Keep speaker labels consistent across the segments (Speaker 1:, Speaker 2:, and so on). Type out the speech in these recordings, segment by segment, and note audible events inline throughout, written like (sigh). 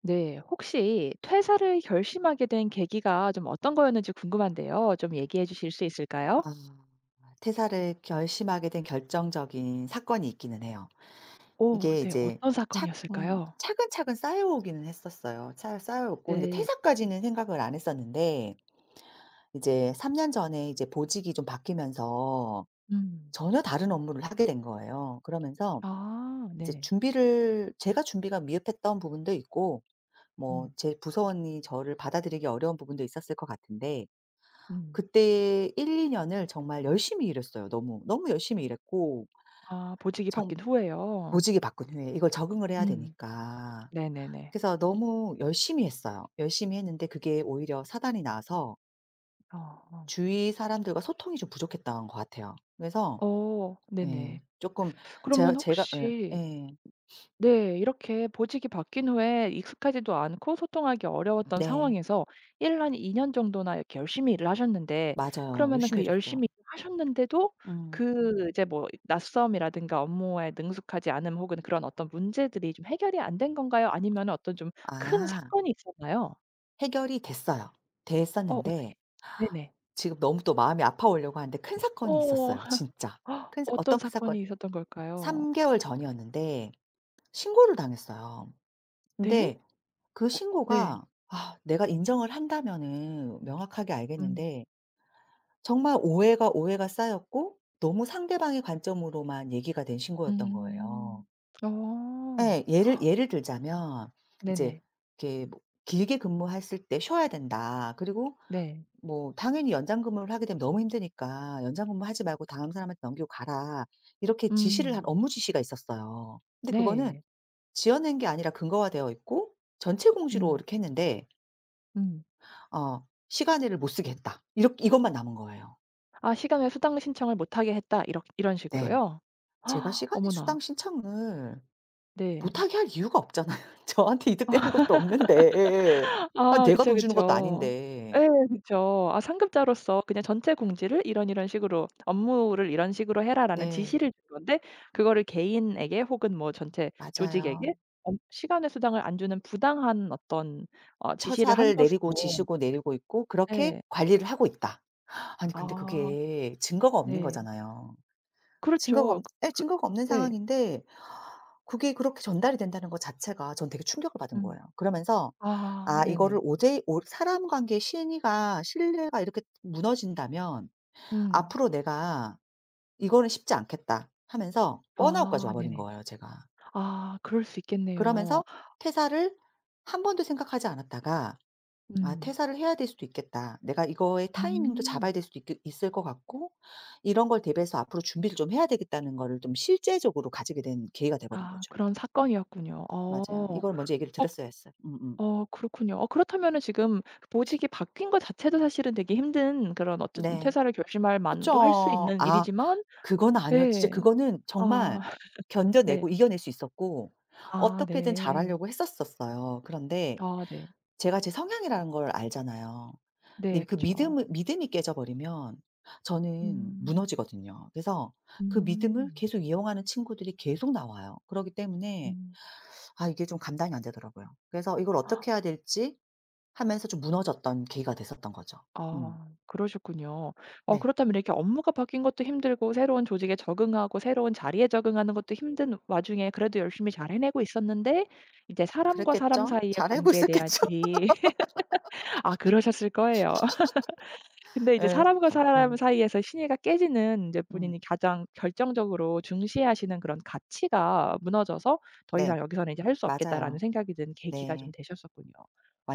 Speaker 1: 네. 혹시 퇴사를 결심하게 된 계기가 좀 어떤 거였는지 궁금한데요. 좀 얘기해 주실 수 있을까요?
Speaker 2: 아 퇴사를 결심하게 된 결정적인 사건이 있기는 해요.
Speaker 1: 오
Speaker 2: 이게
Speaker 1: 네.
Speaker 2: 이제
Speaker 1: 어떤
Speaker 2: 착
Speaker 1: 사건이었을까요?
Speaker 2: 차근차근 쌓여오기는 했었어요. 차 쌓여왔고 근데
Speaker 1: 네.
Speaker 2: 퇴사까지는 생각을 안 했었는데 이제 3년 전에 이제 보직이 좀 바뀌면서
Speaker 1: 음.
Speaker 2: 전혀 다른 업무를 하게 된 거예요. 그러면서
Speaker 1: 아
Speaker 2: 이제
Speaker 1: 네네.
Speaker 2: 준비를 제가 준비가 미흡했던 부분도 있고 뭐
Speaker 1: 음.
Speaker 2: 제 부서원이 저를 받아들이기 어려운 부분도 있었을 것 같은데
Speaker 1: 음.
Speaker 2: 그때 1-2 년을 정말 열심히 일했어요 너무. 너무 열심히 일했고
Speaker 1: 아 보직이
Speaker 2: 처음
Speaker 1: 바뀐 후에요.
Speaker 2: 보직이 바꾼 후에 이걸 적응을 해야
Speaker 1: 음.
Speaker 2: 되니까.
Speaker 1: 네네네.
Speaker 2: 그래서 너무 열심히 했어요. 열심히 했는데 그게 오히려 사단이 나서
Speaker 1: 어.
Speaker 2: 주위 사람들과 소통이 좀 부족했던 것 같아요. 그래서
Speaker 1: 어 어, 네네.
Speaker 2: 예, 쪼끔 제
Speaker 1: 그러면
Speaker 2: 제가 예,
Speaker 1: 혹시
Speaker 2: 예.
Speaker 1: 네. 이렇게 보직이 바뀐 후에 익숙하지도 않고 소통하기 어려웠던
Speaker 2: 네.
Speaker 1: 상황에서 1 한 2 년 정도나 이렇게 열심히 일을 하셨는데
Speaker 2: 맞아요.
Speaker 1: 그러면은
Speaker 2: 열심히
Speaker 1: 그
Speaker 2: 일했어요.
Speaker 1: 열심히 하셨는데도
Speaker 2: 음.
Speaker 1: 그 이제 뭐 낯섦이라든가 업무에 능숙하지 않음 혹은 그런 어떤 문제들이 좀 해결이 안 된 건가요? 아니면 어떤 좀 큰
Speaker 2: 아
Speaker 1: 사건이 있었나요?
Speaker 2: 해결이 됐어요. 됐었는데
Speaker 1: 어떻게 네네.
Speaker 2: 지금 너무 또 마음이 아파오려고 하는데 큰 사건이
Speaker 1: 어.
Speaker 2: 있었어요
Speaker 1: (gasps)
Speaker 2: 진짜.
Speaker 1: 헉,
Speaker 2: 큰 사
Speaker 1: 어떤
Speaker 2: 어떤 큰 사건
Speaker 1: 사건이 있었던 걸까요?
Speaker 2: 3 개월 전이었는데 신고를 당했어요.
Speaker 1: 네?
Speaker 2: 근데 그
Speaker 1: 어 네.
Speaker 2: 신고가, 내가 인정을 한다면은 명확하게
Speaker 1: 음.
Speaker 2: 알겠는데 정말 오해가 쌓였고 너무 상대방의 관점으로만 얘기가 된 신고였던 거예요.
Speaker 1: 음. 어.
Speaker 2: 예. 예를 들자면 이제
Speaker 1: 네네.
Speaker 2: 이렇게 뭐 "길게 근무했을 때 쉬어야 된다." 그리고
Speaker 1: 네.
Speaker 2: 뭐 "당연히 연장 근무를 하게 되면 너무 힘드니까 연장 근무하지 말고 다음 사람한테 넘기고 가라." 이렇게 지시를 한
Speaker 1: 음.
Speaker 2: 업무 지시가 있었어요. 근데 그거는
Speaker 1: 네.
Speaker 2: 지어낸 게 아니라 근거화되어 있고 전체 공지로
Speaker 1: 음.
Speaker 2: 이렇게 했는데
Speaker 1: 음.
Speaker 2: 어 '시간일를못 쓰겠다.' 이렇 이것만 남은 거예요.
Speaker 1: 아 시간외 수당 신청을 못 하게 했다 이렇 이런
Speaker 2: 네.
Speaker 1: 식으로요?
Speaker 2: 제가 시
Speaker 1: 아,
Speaker 2: 간의 수당
Speaker 1: 어머나.
Speaker 2: 신청을
Speaker 1: 네.
Speaker 2: 못하게 할 이유가 없잖아요. (laughs) 저한테 이득 되는 것도 없는데. 예예.
Speaker 1: 아
Speaker 2: 내가
Speaker 1: 그쵸,
Speaker 2: 돈 주는 것도
Speaker 1: 그쵸.
Speaker 2: 아닌데.
Speaker 1: 예 그쵸. 아 상급자로서 그냥 전체 공지를 이런 이런 식으로 "업무를 이런 식으로 해라."라는
Speaker 2: 네.
Speaker 1: 지시를 준 건데 그거를 개인에게 혹은 뭐 전체
Speaker 2: 맞아요.
Speaker 1: 조직에게 엄 시간외 수당을 안 주는 부당한 어떤 어 지시를 한
Speaker 2: 처사를 내리고
Speaker 1: 것으로
Speaker 2: 지시고 내리고 있고 그렇게
Speaker 1: 네.
Speaker 2: 관리를 하고 있다. 아니 근데
Speaker 1: 아
Speaker 2: 그게 증거가 없는
Speaker 1: 네.
Speaker 2: 거잖아요. 증거가
Speaker 1: 그렇죠.
Speaker 2: 없
Speaker 1: 그
Speaker 2: 예,
Speaker 1: 그
Speaker 2: 증거가 없는
Speaker 1: 네.
Speaker 2: 상황인데 그게 그렇게 전달이 된다는 것 자체가 전 되게 충격을 받은
Speaker 1: 음.
Speaker 2: 거예요. 그러면서
Speaker 1: 아
Speaker 2: '아 이거를,
Speaker 1: 네네.
Speaker 2: 오제 오 사람 관계의 신의가 신뢰가 이렇게 무너진다면
Speaker 1: 음.
Speaker 2: 앞으로 내가 이거는 쉽지 않겠다.' 하면서 번아웃까지
Speaker 1: 아
Speaker 2: 와 버린
Speaker 1: 네네.
Speaker 2: 거예요 제가.
Speaker 1: 아 그럴 수 있겠네요.
Speaker 2: 그러면서 퇴사를 한 번도 생각하지 않았다가 아
Speaker 1: 음.
Speaker 2: 퇴사를 해야 될 수도 있겠다. 내가 이거의 타이밍도
Speaker 1: 음.
Speaker 2: 잡아야 될 수도 있 있을 것 같고 이런 걸 대비해서 앞으로 준비를 좀 해야 되겠다는 거를 좀 실제적으로 가지게 된 계기가 돼 버린
Speaker 1: 아
Speaker 2: 거죠.
Speaker 1: 그런 사건이었군요. 어.
Speaker 2: 맞아요. 이걸 먼저 얘기를
Speaker 1: 어
Speaker 2: 드렸어야 했어요. 음음.
Speaker 1: 어 그렇군요. 어 그렇다면은 지금 보직이 바뀐 것 자체도 사실은 되게 힘든 그런 어쨌든
Speaker 2: 네.
Speaker 1: 퇴사를 결심할 만도 할 수
Speaker 2: 그쵸.
Speaker 1: 있는 일이지만
Speaker 2: 그건 아니었 진짜
Speaker 1: 네
Speaker 2: 그거는
Speaker 1: 아
Speaker 2: 정말
Speaker 1: (laughs) 네.
Speaker 2: 견뎌내고 이겨낼 수 있었고
Speaker 1: 아
Speaker 2: 어떻게든
Speaker 1: 네.
Speaker 2: 잘하려고 했었었어요. 그런데
Speaker 1: 아 네.
Speaker 2: 제가 제 성향이라는 걸 알잖아요.
Speaker 1: 네
Speaker 2: 근데 그
Speaker 1: 그쵸.
Speaker 2: 믿음을 믿음이 깨져버리면 저는
Speaker 1: 음.
Speaker 2: 무너지거든요. 그래서 그 믿음을
Speaker 1: 음.
Speaker 2: 계속 이용하는 친구들이 계속 나와요. 그러기 때문에
Speaker 1: 음.
Speaker 2: 이게 좀 감당이 안 되더라고요. 그래서 이걸 어떻게 해야 될지 하면서 좀 무너졌던 계기가 됐었던 거죠. 음.
Speaker 1: 아 그러셨군요. 어
Speaker 2: 네.
Speaker 1: 그렇다면 이렇게 업무가 바뀐 것도 힘들고 새로운 조직에 적응하고 새로운 자리에 적응하는 것도 힘든 와중에 그래도 열심히 잘 해내고 있었는데 이제 사람과 사람
Speaker 2: 그랬겠죠?
Speaker 1: 사이의
Speaker 2: 잘하고
Speaker 1: 관계에 대한
Speaker 2: 있었겠죠?
Speaker 1: 일이 (laughs) 아 그러셨을 거예요. (laughs)
Speaker 2: (laughs)
Speaker 1: 근데 이제
Speaker 2: 예.
Speaker 1: 사람과
Speaker 2: 참
Speaker 1: 사람 사이에서 신뢰가 깨지는 이제
Speaker 2: 음.
Speaker 1: 본인이 가장 결정적으로 중시하시는 그런 가치가 무너져서 '더
Speaker 2: 네.
Speaker 1: 이상 여기서는 이제 할 수 없겠다.'라는
Speaker 2: 맞아요.
Speaker 1: 생각이 든 계기가 좀
Speaker 2: 네.
Speaker 1: 되셨었군요.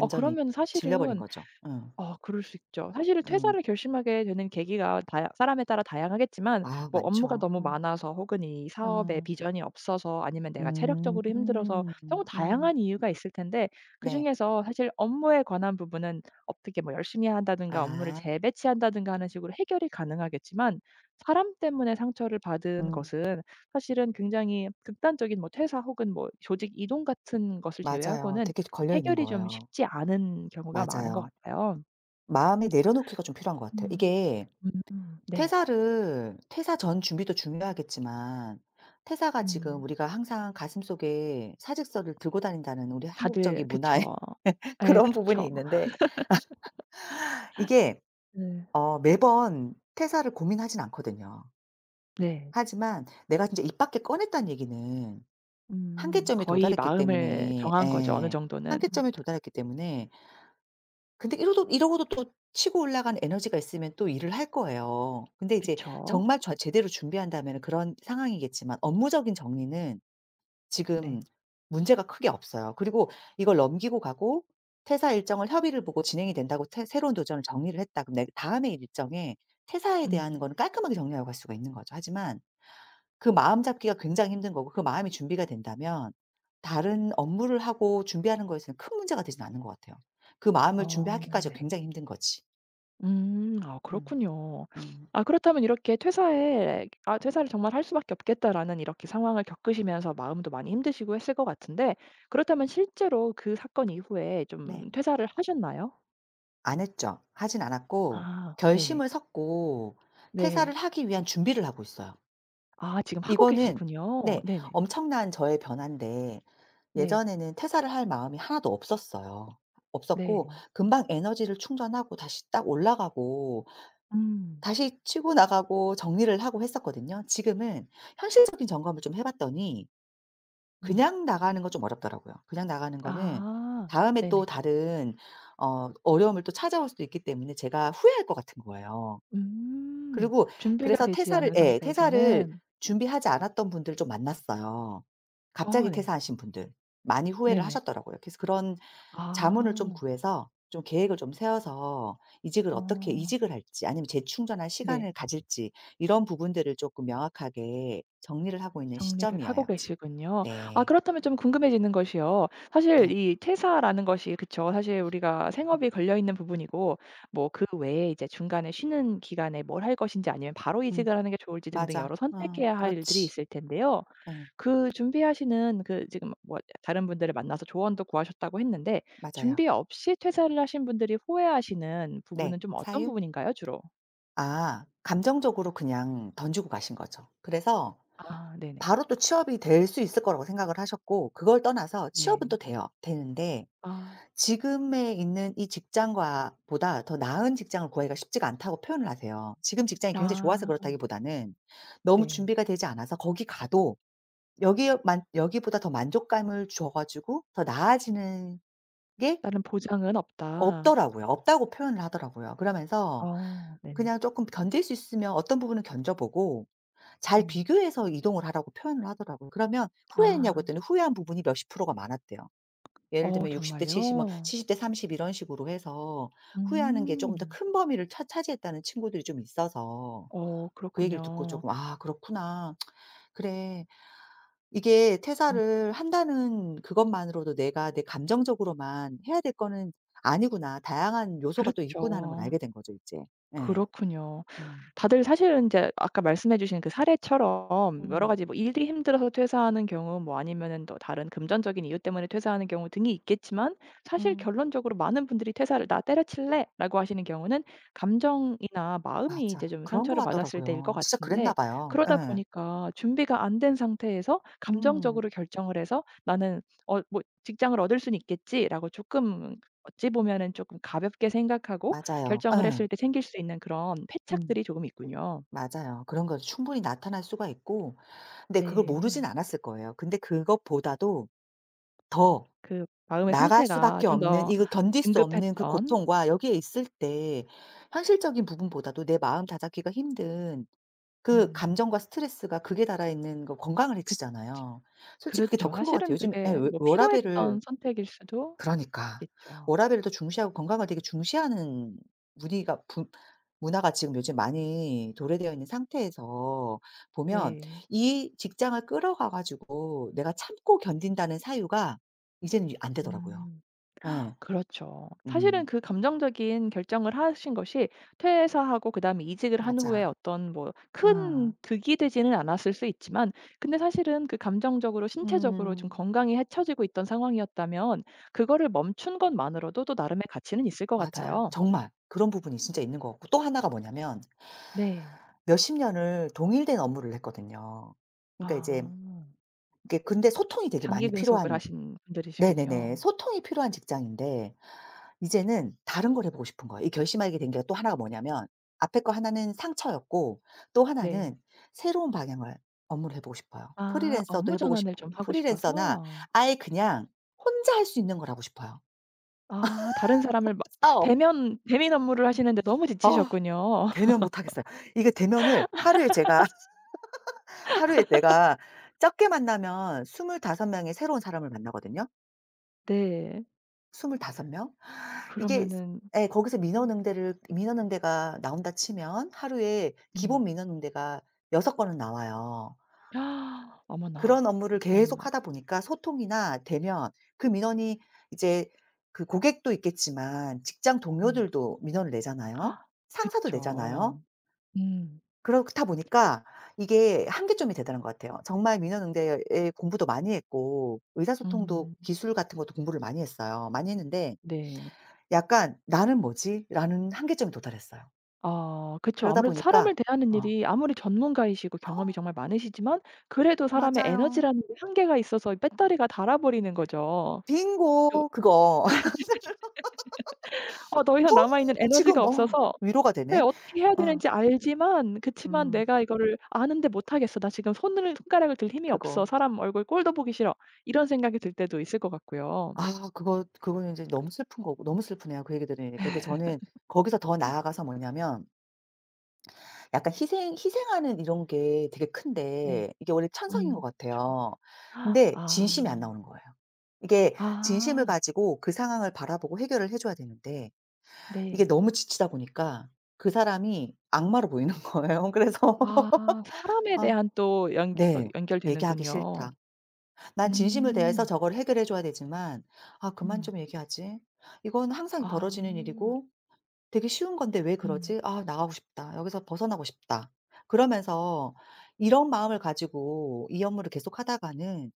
Speaker 1: 어 그러면
Speaker 2: 질려버린
Speaker 1: 사실은
Speaker 2: 거죠. 음.
Speaker 1: 아 그럴 수 있죠. 사실은
Speaker 2: 음.
Speaker 1: 퇴사를 결심하게 되는 계기가 다야 사람에 따라 다양하겠지만
Speaker 2: 아
Speaker 1: 뭐 업무가
Speaker 2: 많죠.
Speaker 1: 너무
Speaker 2: 음.
Speaker 1: 많아서 혹은 이 사업에
Speaker 2: 음.
Speaker 1: 비전이 없어서 아니면 내가 체력적으로
Speaker 2: 음.
Speaker 1: 힘들어서 너무
Speaker 2: 음.
Speaker 1: 다양한 이유가 있을 텐데
Speaker 2: 네.
Speaker 1: 그중에서 사실 업무에 관한 부분은 어떻게 뭐 열심히 한다든가 업무를
Speaker 2: 아.
Speaker 1: 재배치한다든가 하는 식으로 해결이 가능하겠지만 사람 때문에 상처를 받은
Speaker 2: 음.
Speaker 1: 것은 사실은 굉장히 극단적인 뭐 퇴사 혹은 뭐 조직 이동 같은 것을
Speaker 2: 맞아요.
Speaker 1: 제외하고는
Speaker 2: 되게 걸려 있는
Speaker 1: 해결이 좀
Speaker 2: 거예요.
Speaker 1: 쉽지 않은 경우가 많은 것
Speaker 2: 맞아요.
Speaker 1: 같아요.
Speaker 2: 마음에 내려놓기가 좀 필요한 것 같아요.
Speaker 1: 음.
Speaker 2: 이게
Speaker 1: 네.
Speaker 2: 퇴사 전 준비도 중요하겠지만 퇴사가 지금
Speaker 1: 음.
Speaker 2: 우리가 항상 가슴속에 사직서를 들고 다닌다는 우리
Speaker 1: 다들
Speaker 2: 한국적인 문화의
Speaker 1: 그쵸.
Speaker 2: (laughs)
Speaker 1: 예
Speaker 2: 그런 부분이
Speaker 1: 그렇죠.
Speaker 2: 있는데 이게
Speaker 1: 네.
Speaker 2: 매번 퇴사를 고민하진 않거든요.
Speaker 1: 네.
Speaker 2: 하지만 내가 진짜 입 밖에 꺼냈다는 얘기는 한계점에
Speaker 1: 거의
Speaker 2: 도달했기
Speaker 1: 마음을
Speaker 2: 때문에
Speaker 1: 정한 거죠, 어느
Speaker 2: 예.
Speaker 1: 정도는.
Speaker 2: 한계점에 도달했기 때문에 근데 이러도 이러고도 또 치고 올라간 에너지가 있으면 또 일을 할 거예요. 근데 이제
Speaker 1: 그쵸.
Speaker 2: 정말 제대로 준비한다면 그런 상황이겠지만 업무적인 정리는 지금
Speaker 1: 네.
Speaker 2: 문제가 크게 없어요. 그리고 이걸 넘기고 가고 퇴사 일정을 협의를 보고 진행이 된다고 태 새로운 도전을 정리를 했다. 그럼 내 다음에 일정에 퇴사에 대한
Speaker 1: 음.
Speaker 2: 거는 깔끔하게 정리하고 갈 수가 있는 거죠. 하지만 그 마음 잡기가 굉장히 힘든 거고 그 마음이 준비가 된다면 다른 업무를 하고 준비하는 거에서는 큰 문제가 되진 않는 것 같아요. 그 마음을
Speaker 1: 어
Speaker 2: 준비하기까지가
Speaker 1: 네.
Speaker 2: 굉장히 힘든 거지.
Speaker 1: 아
Speaker 2: 음.
Speaker 1: 그렇군요.
Speaker 2: 음.
Speaker 1: 아 그렇다면 이렇게 퇴사에 '아 퇴사를 정말 할 수밖에 없겠다.'라는 이렇게 상황을 겪으시면서 마음도 많이 힘드시고 했을 것 같은데 그렇다면 실제로 그 사건 이후에
Speaker 2: 네.
Speaker 1: 좀 퇴사를 하셨나요?
Speaker 2: 안 했죠. 하진 않았고
Speaker 1: 아 네네.
Speaker 2: 결심을 섰고 퇴사를
Speaker 1: 네.
Speaker 2: 하기 위한 준비를 하고 있어요.
Speaker 1: 아 지금 하고
Speaker 2: 이거는,
Speaker 1: 계시군요.
Speaker 2: 네,
Speaker 1: 네네.
Speaker 2: 엄청난 저의 변화인데
Speaker 1: 네.
Speaker 2: 예전에는 퇴사를 할 마음이 하나도 없었어요. 없었고
Speaker 1: 네.
Speaker 2: 금방 에너지를 충전하고 다시 딱 올라가고
Speaker 1: 음.
Speaker 2: 다시 치고 나가고 정리를 하고 했었거든요. 지금은 현실적인 점검을 좀 해 봤더니
Speaker 1: 음.
Speaker 2: 그냥 나가는 건 좀 어렵더라고요. 그냥 나가는 거는
Speaker 1: 아
Speaker 2: 다음에 또
Speaker 1: 네네.
Speaker 2: 다른 어려움을 또 찾아올 수도 있기 때문에 제가 후회할 것 같은 거예요.
Speaker 1: 음.
Speaker 2: 그리고
Speaker 1: 준비가
Speaker 2: 그래서
Speaker 1: 되지
Speaker 2: 퇴사를
Speaker 1: 않은
Speaker 2: 예, 퇴사를
Speaker 1: 상태에서는
Speaker 2: 준비하지 않았던 분들을 좀 만났어요.
Speaker 1: 어
Speaker 2: 갑자기
Speaker 1: 네.
Speaker 2: 퇴사하신 분들. 많이 후회를
Speaker 1: 네네.
Speaker 2: 하셨더라고요. 그래서 그런 자문을 좀
Speaker 1: 아.
Speaker 2: 구해서 좀 계획을 좀 세워서 이직을 어떻게
Speaker 1: 어
Speaker 2: 이직을 할지 아니면 재충전할
Speaker 1: 네.
Speaker 2: 시간을 가질지 이런 부분들을 조금 명확하게 정리를 하고 있는
Speaker 1: 정리를 하고
Speaker 2: 시점이에요 지금.
Speaker 1: 계시군요. 아
Speaker 2: 네.
Speaker 1: 그렇다면 좀 궁금해지는 것이요. 사실
Speaker 2: 네.
Speaker 1: 이 퇴사라는 것이 그쵸. 사실 우리가 생업이
Speaker 2: 음.
Speaker 1: 걸려 있는 부분이고 뭐 그 외에 이제 중간에 쉬는 기간에 뭘 할 것인지 아니면 바로
Speaker 2: 음.
Speaker 1: 이직을 하는 게 좋을지 등등
Speaker 2: 맞아.
Speaker 1: 여러
Speaker 2: 어
Speaker 1: 선택해야 할 일들이
Speaker 2: 그렇지.
Speaker 1: 있을 텐데요.
Speaker 2: 네.
Speaker 1: 그 준비하시는 그 지금 뭐 다른 분들을 만나서 조언도 구하셨다고 했는데
Speaker 2: 맞아요.
Speaker 1: 준비 없이 퇴사를 하신 분들이 후회하시는
Speaker 2: 네.
Speaker 1: 부분은 좀 어떤
Speaker 2: 사유?
Speaker 1: 부분인가요, 주로?
Speaker 2: 감정적으로 그냥 던지고 가신 거죠. 그래서
Speaker 1: 아 네네.
Speaker 2: 바로 또 취업이 될 수 있을 거라고 생각을 하셨고 그걸 떠나서 취업은 또
Speaker 1: 네.
Speaker 2: 돼요. 되는데
Speaker 1: 아.
Speaker 2: 지금에 있는 이 직장과 보다 더 나은 직장을 구하기가 쉽지가 않다고 표현을 하세요. 지금 직장이 굉장히 좋아서
Speaker 1: 아
Speaker 2: 그렇다기보다는 너무
Speaker 1: 네.
Speaker 2: 준비가 되지 않아서 거기 가도 여기에 만 여기보다 더 만족감을 줘 가지고 더 나아지는 게
Speaker 1: 다른 보장은 없다.
Speaker 2: 없더라고요. 없다고 표현을 하더라고요. 그러면서
Speaker 1: 어 네네.
Speaker 2: 그냥 쪼끔 견딜 수 있으면 어떤 부분은 견뎌 보고 잘
Speaker 1: 음.
Speaker 2: 비교해서 이동을 하라고 표현을 하더라고요. 그러면 후회했냐고
Speaker 1: 아.
Speaker 2: 했더니 후회한 부분이 몇십 프로가 많았대요. 예를
Speaker 1: 어
Speaker 2: 들면 60대 70 뭐
Speaker 1: 정말요?
Speaker 2: 70대 30 이런 식으로 해서 후회하는 게 조금 더
Speaker 1: 음.
Speaker 2: 큰 범위를 차 차지했다는 친구들이 좀 있어서
Speaker 1: 어
Speaker 2: 그 얘기를 듣고 조
Speaker 1: 그렇군요.
Speaker 2: 금 '아 그렇구나. 그래. 이게
Speaker 1: 음.
Speaker 2: 퇴사를 한다는 그것만으로도 내가 내 감정적으로만 해야 될 거는 아니구나. 다양한 요소가 또 있구나.' 하는
Speaker 1: 그렇죠.
Speaker 2: 걸 알게 된 거죠 이제. 예.
Speaker 1: 그렇군요.
Speaker 2: 음.
Speaker 1: 다들 사실은 인제 아까 말씀해 주신 그 사례처럼 여러
Speaker 2: 음.
Speaker 1: 가지 뭐 일이 힘들어서 퇴사하는 경우 뭐 아니면은 또 다른 금전적인 이유 때문에 퇴사하는 경우 등이 있겠지만 사실
Speaker 2: 음.
Speaker 1: 결론적으로 많은 분들이 퇴사를 "나 때려칠래."라고 하시는 경우는 감정이나 마음이
Speaker 2: 맞아.
Speaker 1: 이제 좀
Speaker 2: 그런 것
Speaker 1: 상처를 받았을 때일 것
Speaker 2: 같더라고요. 진짜 그랬나
Speaker 1: 같은데
Speaker 2: 봐요.
Speaker 1: 그러다
Speaker 2: 예.
Speaker 1: 보니까 준비가 안 된 상태에서 감정적으로
Speaker 2: 음.
Speaker 1: 결정을 해서 '나는 어 뭐 직장을 얻을 수는 있겠지.'라고 쪼끔 어찌 보면은 쪼끔 가볍게 생각하고
Speaker 2: 맞아요.
Speaker 1: 결정을
Speaker 2: 예.
Speaker 1: 했을 때 생길 수 있는 그런
Speaker 2: 음.
Speaker 1: 패착들이 조금 있군요.
Speaker 2: 맞아요. 그런 거 충분히 나타날 수가 있고 근데 그걸
Speaker 1: 네.
Speaker 2: 모르진 않았을 거예요. 근데 그것보다도 더
Speaker 1: 그 마음의
Speaker 2: 나갈
Speaker 1: 상태가
Speaker 2: 수밖에
Speaker 1: 좀
Speaker 2: 없는
Speaker 1: 더
Speaker 2: 이거
Speaker 1: (laughs)
Speaker 2: 견딜 수 없는 그
Speaker 1: 응급했던
Speaker 2: 고통과 여기에 있을 때 현실적인 부분보다도 내 마음 다잡기가 힘든 그
Speaker 1: 음.
Speaker 2: 감정과 스트레스가 극에 달아 있는 거 건강을
Speaker 1: 그
Speaker 2: 해치잖아요. 솔직히 그게 더
Speaker 1: 그렇죠.
Speaker 2: 큰 것 같아요.
Speaker 1: 사실은
Speaker 2: 요즘 에,
Speaker 1: 그게
Speaker 2: 워
Speaker 1: 뭐 필요했던
Speaker 2: 워라밸을
Speaker 1: 선택일 수도
Speaker 2: 그러니까.
Speaker 1: 있겠죠.
Speaker 2: 워라밸을 더 중시하고 건강을 되게 중시하는 분위기가 문화가 지금 요즘 많이 도래되어 있는 상태에서 보면
Speaker 1: 네.
Speaker 2: 이 직장을 끌어가 가지고 내가 참고 견딘다는 사유가 이제는 안 되더라고요.
Speaker 1: 음.
Speaker 2: 예.
Speaker 1: 그렇죠. 사실은
Speaker 2: 음.
Speaker 1: 그 감정적인 결정을 하신 것이 퇴사하고 그다음에 이직을 한 후에
Speaker 2: 맞아.
Speaker 1: 어떤 뭐 큰
Speaker 2: 아.
Speaker 1: 득이 되지는 않았을 수 있지만 근데 사실은 그 감정적으로 신체적으로 좀
Speaker 2: 음.
Speaker 1: 건강이 해쳐지고 있던 상황이었다면 그거를 멈춘 것만으로도 또 나름의 가치는 있을 것
Speaker 2: 맞아요.
Speaker 1: 같아요.
Speaker 2: 정말 그런 부분이 진짜 있는 것 같고 또 하나가 뭐냐면
Speaker 1: 네.
Speaker 2: 몇십 년을 동일된 업무를 했거든요. 그러니까 이제
Speaker 1: 아.
Speaker 2: 이게 근데 소통이 되게
Speaker 1: 장기
Speaker 2: 많이
Speaker 1: 근속을
Speaker 2: 필요한,
Speaker 1: 하신
Speaker 2: 네네네.
Speaker 1: 분들이시군요.
Speaker 2: 소통이 필요한 직장인데 이제는 다른 걸 해 보고 싶은 거예요. 이 결심하게 된 게 또 하나가 뭐냐면 앞에 거 하나는 상처였고 또
Speaker 1: 네.
Speaker 2: 하나는 새로운 방향을 업무를 해 보고 싶어요.
Speaker 1: 아
Speaker 2: 프리랜서도
Speaker 1: 업무
Speaker 2: 해 보고
Speaker 1: 전환을 좀
Speaker 2: 싶고
Speaker 1: 하고
Speaker 2: 프리랜서나
Speaker 1: 싶어서.
Speaker 2: 아예 그냥 혼자 할 수 있는 걸 하고 싶어요.
Speaker 1: 아 다른 사람을 막
Speaker 2: 사업.
Speaker 1: 대면 대면 업무를 하시는데 너무
Speaker 2: 어
Speaker 1: 지치셨군요.
Speaker 2: 대면 못 하겠어요. 이게 대면을 하루에 제가 (laughs) 하루에 내가 적게 만나면 25 명의 새로운 사람을 만나거든요.
Speaker 1: 네.
Speaker 2: 25 명? 이게
Speaker 1: 그러면은
Speaker 2: 예, 거기서 민원응대를 민원응대가 나온다 치면 하루에
Speaker 1: 음.
Speaker 2: 기본 민원응대가 6 건은 나와요.
Speaker 1: 어머나,
Speaker 2: 그런 업무를
Speaker 1: 어머나.
Speaker 2: 계속 하다 보니까 소통이나 대면 그 민원이 이제 그 고객도 있겠지만 직장
Speaker 1: 음.
Speaker 2: 동료들도 민원을 내잖아요. 상사도
Speaker 1: 그쵸.
Speaker 2: 내잖아요.
Speaker 1: 음.
Speaker 2: 그렇다 보니까 이게 한계점이 되더란 것 같아요. 정말 민원응대에 공부도 많이 했고 의사소통도
Speaker 1: 음.
Speaker 2: 기술 같은 것도 공부를 많이 했어요. 많이 했는데
Speaker 1: 네.
Speaker 2: 약간 '나는 뭐지?'라는 한계점에 도달했어요.
Speaker 1: 아 그쵸.
Speaker 2: 그러다
Speaker 1: 아무래도
Speaker 2: 보니까
Speaker 1: 사람을 대하는
Speaker 2: 어
Speaker 1: 일이 아무리 전문가이시고 경험이 정말 많으시지만 그래도 사람의
Speaker 2: 맞아요.
Speaker 1: 에너지라는 게 한계가 있어서 배터리가 닳아버리는 거죠. 그
Speaker 2: 빙고 그거. (laughs)
Speaker 1: 어 더 이상
Speaker 2: 너무
Speaker 1: 남아 있는 에너지가
Speaker 2: 지금
Speaker 1: 없어서
Speaker 2: 위로가
Speaker 1: 네.
Speaker 2: 되네.
Speaker 1: 어떻게 해야
Speaker 2: 어
Speaker 1: 되는지 알지만 그치만
Speaker 2: 음
Speaker 1: 내가 이거를 아는데 못 하겠어. '나 지금 손을 손가락을 들 힘이 없어.
Speaker 2: 그거.
Speaker 1: 사람 얼굴 꼴도 보기 싫어.' 이런 생각이 들 때도 있을 것 같고요.
Speaker 2: 그거는 인제 너무 슬픈 거고 너무 슬프네요 그 얘기 들으니까. 근데 저는 거기서 더 나아가서 뭐냐면 약간 희생하는 이런 게 되게
Speaker 1: 네.
Speaker 2: 큰데 이게 원래 천성인 것
Speaker 1: 그쵸.
Speaker 2: 같아요.
Speaker 1: 아.
Speaker 2: 근데 진심이 안 나오는 거예요. 이게 진심을
Speaker 1: 아.
Speaker 2: 가지고 그 상황을 바라보고 해결을 해 줘야 되는데 이게
Speaker 1: 네.
Speaker 2: 너무 지치다 보니까 그 사람이 악마로 보이는 거예요. 그래서
Speaker 1: 아
Speaker 2: (laughs)
Speaker 1: 사람에
Speaker 2: 아
Speaker 1: 대한 또 연 어
Speaker 2: 네. 얘기하기
Speaker 1: 연결되는군요.
Speaker 2: 싫다. 난 진심을 다해서
Speaker 1: 음.
Speaker 2: 저걸 해결해 줘야 되지만 '아 그만
Speaker 1: 음.
Speaker 2: 좀 얘기하지. 이건 항상
Speaker 1: 아.
Speaker 2: 벌어지는 일이고 되게 쉬운 건데 왜
Speaker 1: 음.
Speaker 2: 그러지? 아 나가고 싶다. 여기서 벗어나고 싶다.' 그러면서 이런 마음을 가지고 이 업무를 계속하다가는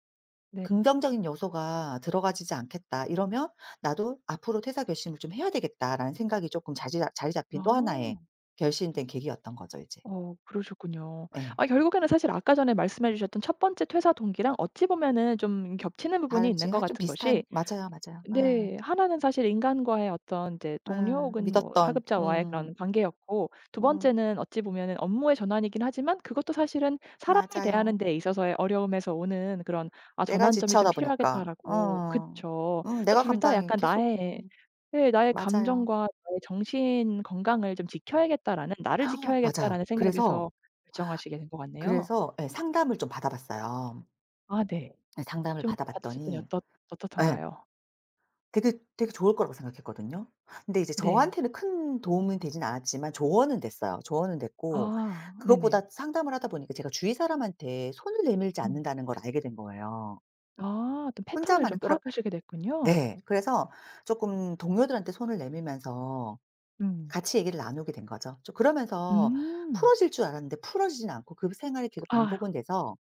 Speaker 1: 네.
Speaker 2: '긍정적인 요소가 들어가지지 않겠다.' 이러면 '나도 앞으로 퇴사 결심을 좀 해야 되겠다.'라는 생각이 조금 자리 잡힌 또 하나의
Speaker 1: 아.
Speaker 2: 결심된 계기였던 거죠 이제.
Speaker 1: 어 그러셨군요.
Speaker 2: 예.
Speaker 1: 아 결국에는 사실 아까 전에 말씀해 주셨던 첫 번째 퇴사 동기랑 어찌 보면은 좀 겹치는 부분이
Speaker 2: 다른
Speaker 1: 있는
Speaker 2: 지금
Speaker 1: 것
Speaker 2: 하 좀
Speaker 1: 같은 것이
Speaker 2: 비슷한. 맞아요, 맞아요. 음.
Speaker 1: 네. 하나는 사실 인간과의 어떤 이제 동료
Speaker 2: 음.
Speaker 1: 혹은 뭐
Speaker 2: 믿었던.
Speaker 1: 하급자와의 그런
Speaker 2: 음.
Speaker 1: 관계였고 두
Speaker 2: 음.
Speaker 1: 번째는 어찌 보면은 업무의 전환이긴 하지만 그것도 사실은 사람을 대하는
Speaker 2: 맞아요.
Speaker 1: 데 있어서의 어려움에서 오는 그런 아
Speaker 2: 내가
Speaker 1: '전환점이 좀
Speaker 2: 지체하다 보니까.
Speaker 1: 필요하겠다.'라고
Speaker 2: 어.
Speaker 1: 그쵸.
Speaker 2: 음.
Speaker 1: 또
Speaker 2: 내가
Speaker 1: 둘 다
Speaker 2: 감당이
Speaker 1: 약간
Speaker 2: 계속.
Speaker 1: 나의
Speaker 2: 음.
Speaker 1: 네 나의
Speaker 2: 맞아요.
Speaker 1: 감정과 나의 정신 건강을 좀 지켜야겠다라는
Speaker 2: (gasps)
Speaker 1: '나를
Speaker 2: 아, 맞아요.
Speaker 1: 지켜야겠다.'라는 생각에서 결정하시게 된 것 같네요.
Speaker 2: 그래서 예 상담을 좀 받아 봤어요.
Speaker 1: 아 네.
Speaker 2: 예 상담을
Speaker 1: 좀
Speaker 2: 받아
Speaker 1: 받으셨더니
Speaker 2: 봤더니 예.
Speaker 1: 어떻던가요?
Speaker 2: 되게 되게 좋을 거라고 생각했거든요. 근데 이제
Speaker 1: 네.
Speaker 2: 저한테는 큰 도움은 되진 않았지만 조언은 됐어요. 조언은 됐고
Speaker 1: 아 네네.
Speaker 2: 그것보다 상담을 하다 보니까 제가 주위 사람한테 손을 내밀지
Speaker 1: 음.
Speaker 2: 않는다는 걸 알게 된 거예요.
Speaker 1: 아 어떤
Speaker 2: 혼자
Speaker 1: 패턴을
Speaker 2: 만
Speaker 1: 좀
Speaker 2: 을 끌어
Speaker 1: 파악하시게 됐군요.
Speaker 2: 네. 그래서 쪼끔 동료들한테 손을 내밀면서
Speaker 1: 음.
Speaker 2: 같이 얘기를 나누게 된 거죠. 좀 그러면서
Speaker 1: 음.
Speaker 2: 풀어질 줄 알았는데 풀어지진 않고 그 생활이 계속
Speaker 1: 아.
Speaker 2: 반복은 돼서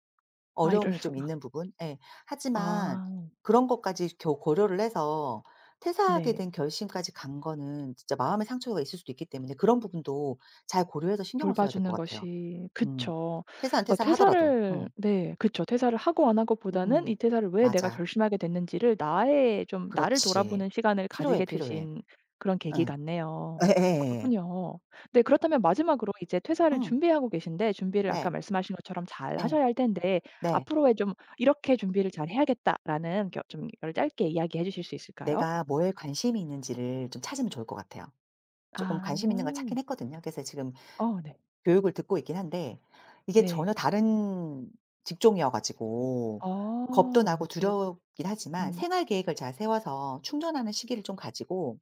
Speaker 1: 아 이럴
Speaker 2: 어려움이 좀
Speaker 1: 수가.
Speaker 2: 있는 부분. 예. 하지만
Speaker 1: 아
Speaker 2: 그런 것까지 겨 고려를 해서 퇴사하게
Speaker 1: 네.
Speaker 2: 된 결심까지 간 거는 진짜 마음의 상처가 있을 수도 있기 때문에 그런 부분도 잘 고려해서 신경을 써야 될 것
Speaker 1: 돌봐주는
Speaker 2: 같아요.
Speaker 1: 것이
Speaker 2: 음.
Speaker 1: 그쵸.
Speaker 2: 퇴사 안
Speaker 1: 그러니까
Speaker 2: 퇴사를 하더라도.
Speaker 1: 퇴사를
Speaker 2: 어.
Speaker 1: 네 그쵸. 퇴사를 하고 안 하고보다는
Speaker 2: 음.
Speaker 1: 이 퇴사를 왜 내가
Speaker 2: 맞아.
Speaker 1: 결심하게 됐는지를 나의 좀 나를
Speaker 2: 그렇지.
Speaker 1: 돌아보는 시간을
Speaker 2: 필요해,
Speaker 1: 가지게
Speaker 2: 필요해.
Speaker 1: 되신 그런 계기
Speaker 2: 응.
Speaker 1: 같네요.
Speaker 2: 예예예예.
Speaker 1: 그렇군요. 네 그렇다면 마지막으로 이제 퇴사를
Speaker 2: 음.
Speaker 1: 준비하고 계신데 준비를 아까
Speaker 2: 네.
Speaker 1: 말씀하신 것처럼 잘
Speaker 2: 예.
Speaker 1: 하셔야 할 텐데
Speaker 2: 네.
Speaker 1: 앞으로의 좀 '이렇게 준비를 잘 해야겠다.'라는 겨 좀 이걸 짧게 이야기해 주실 수 있을까요?
Speaker 2: 내가 뭐에 관심이 있는지를 좀 찾으면 좋을 것 같아요. 쪼끔 관심 있는 걸
Speaker 1: 아.
Speaker 2: 찾긴 했거든요. 그래서 지금
Speaker 1: 어 네.
Speaker 2: 교육을 듣고 있긴 한데 이게
Speaker 1: 네.
Speaker 2: 전혀 다른 직종이어 가지고 겁도
Speaker 1: 어. 네
Speaker 2: 나고
Speaker 1: 또
Speaker 2: 두렵긴 하지만
Speaker 1: 음
Speaker 2: 생활 계획을 잘 세워서 충전하는 시기를 좀 가지고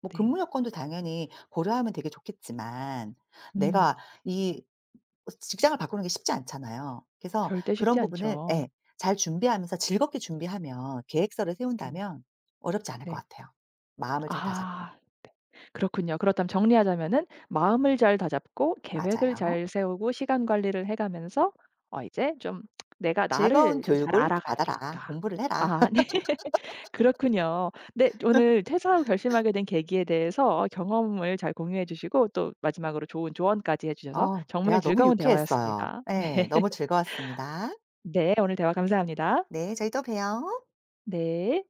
Speaker 2: 뭐
Speaker 1: 네.
Speaker 2: 근무 여건도 당연히 고려하면 되게 좋겠지만
Speaker 1: 음.
Speaker 2: 내가 이 직장을 바꾸는 게 쉽지 않잖아요. 그래서
Speaker 1: 절대 쉽지
Speaker 2: 그런 부분을
Speaker 1: 않죠.
Speaker 2: 예. 잘 준비하면서 즐겁게 준비하면 계획서를
Speaker 1: 음
Speaker 2: 세운다면 어렵지 않을 것
Speaker 1: 네.
Speaker 2: 같아요. 마음을 잘 다잡고.
Speaker 1: 아 그렇군요. 그렇다면 정리하자면은 마음을 잘 다잡고 계획을
Speaker 2: 맞아요.
Speaker 1: 잘 세우고 시간 관리를 해 가면서 어 이제 좀 '내가
Speaker 2: "즐거운
Speaker 1: 나를 좀 잘
Speaker 2: 교육을
Speaker 1: 알아가야
Speaker 2: 받아라.
Speaker 1: 되겠다.'
Speaker 2: 공부를 해라."
Speaker 1: 아 네. (laughs) 그렇군요. 네. 오늘 퇴사 후 결심하게 된 계기에 대해서 경험을 잘 공유해 주시고 또 마지막으로 좋은 조언까지 해 주셔서 정말
Speaker 2: 대화 너무
Speaker 1: 즐거운
Speaker 2: 유쾌했어요.
Speaker 1: 대화였습니다.
Speaker 2: 네,
Speaker 1: (laughs)
Speaker 2: 너무
Speaker 1: 네.
Speaker 2: 즐거웠습니다.
Speaker 1: 네. 오늘 대화 감사합니다.
Speaker 2: 네. 저희 또 봬요.
Speaker 1: 네.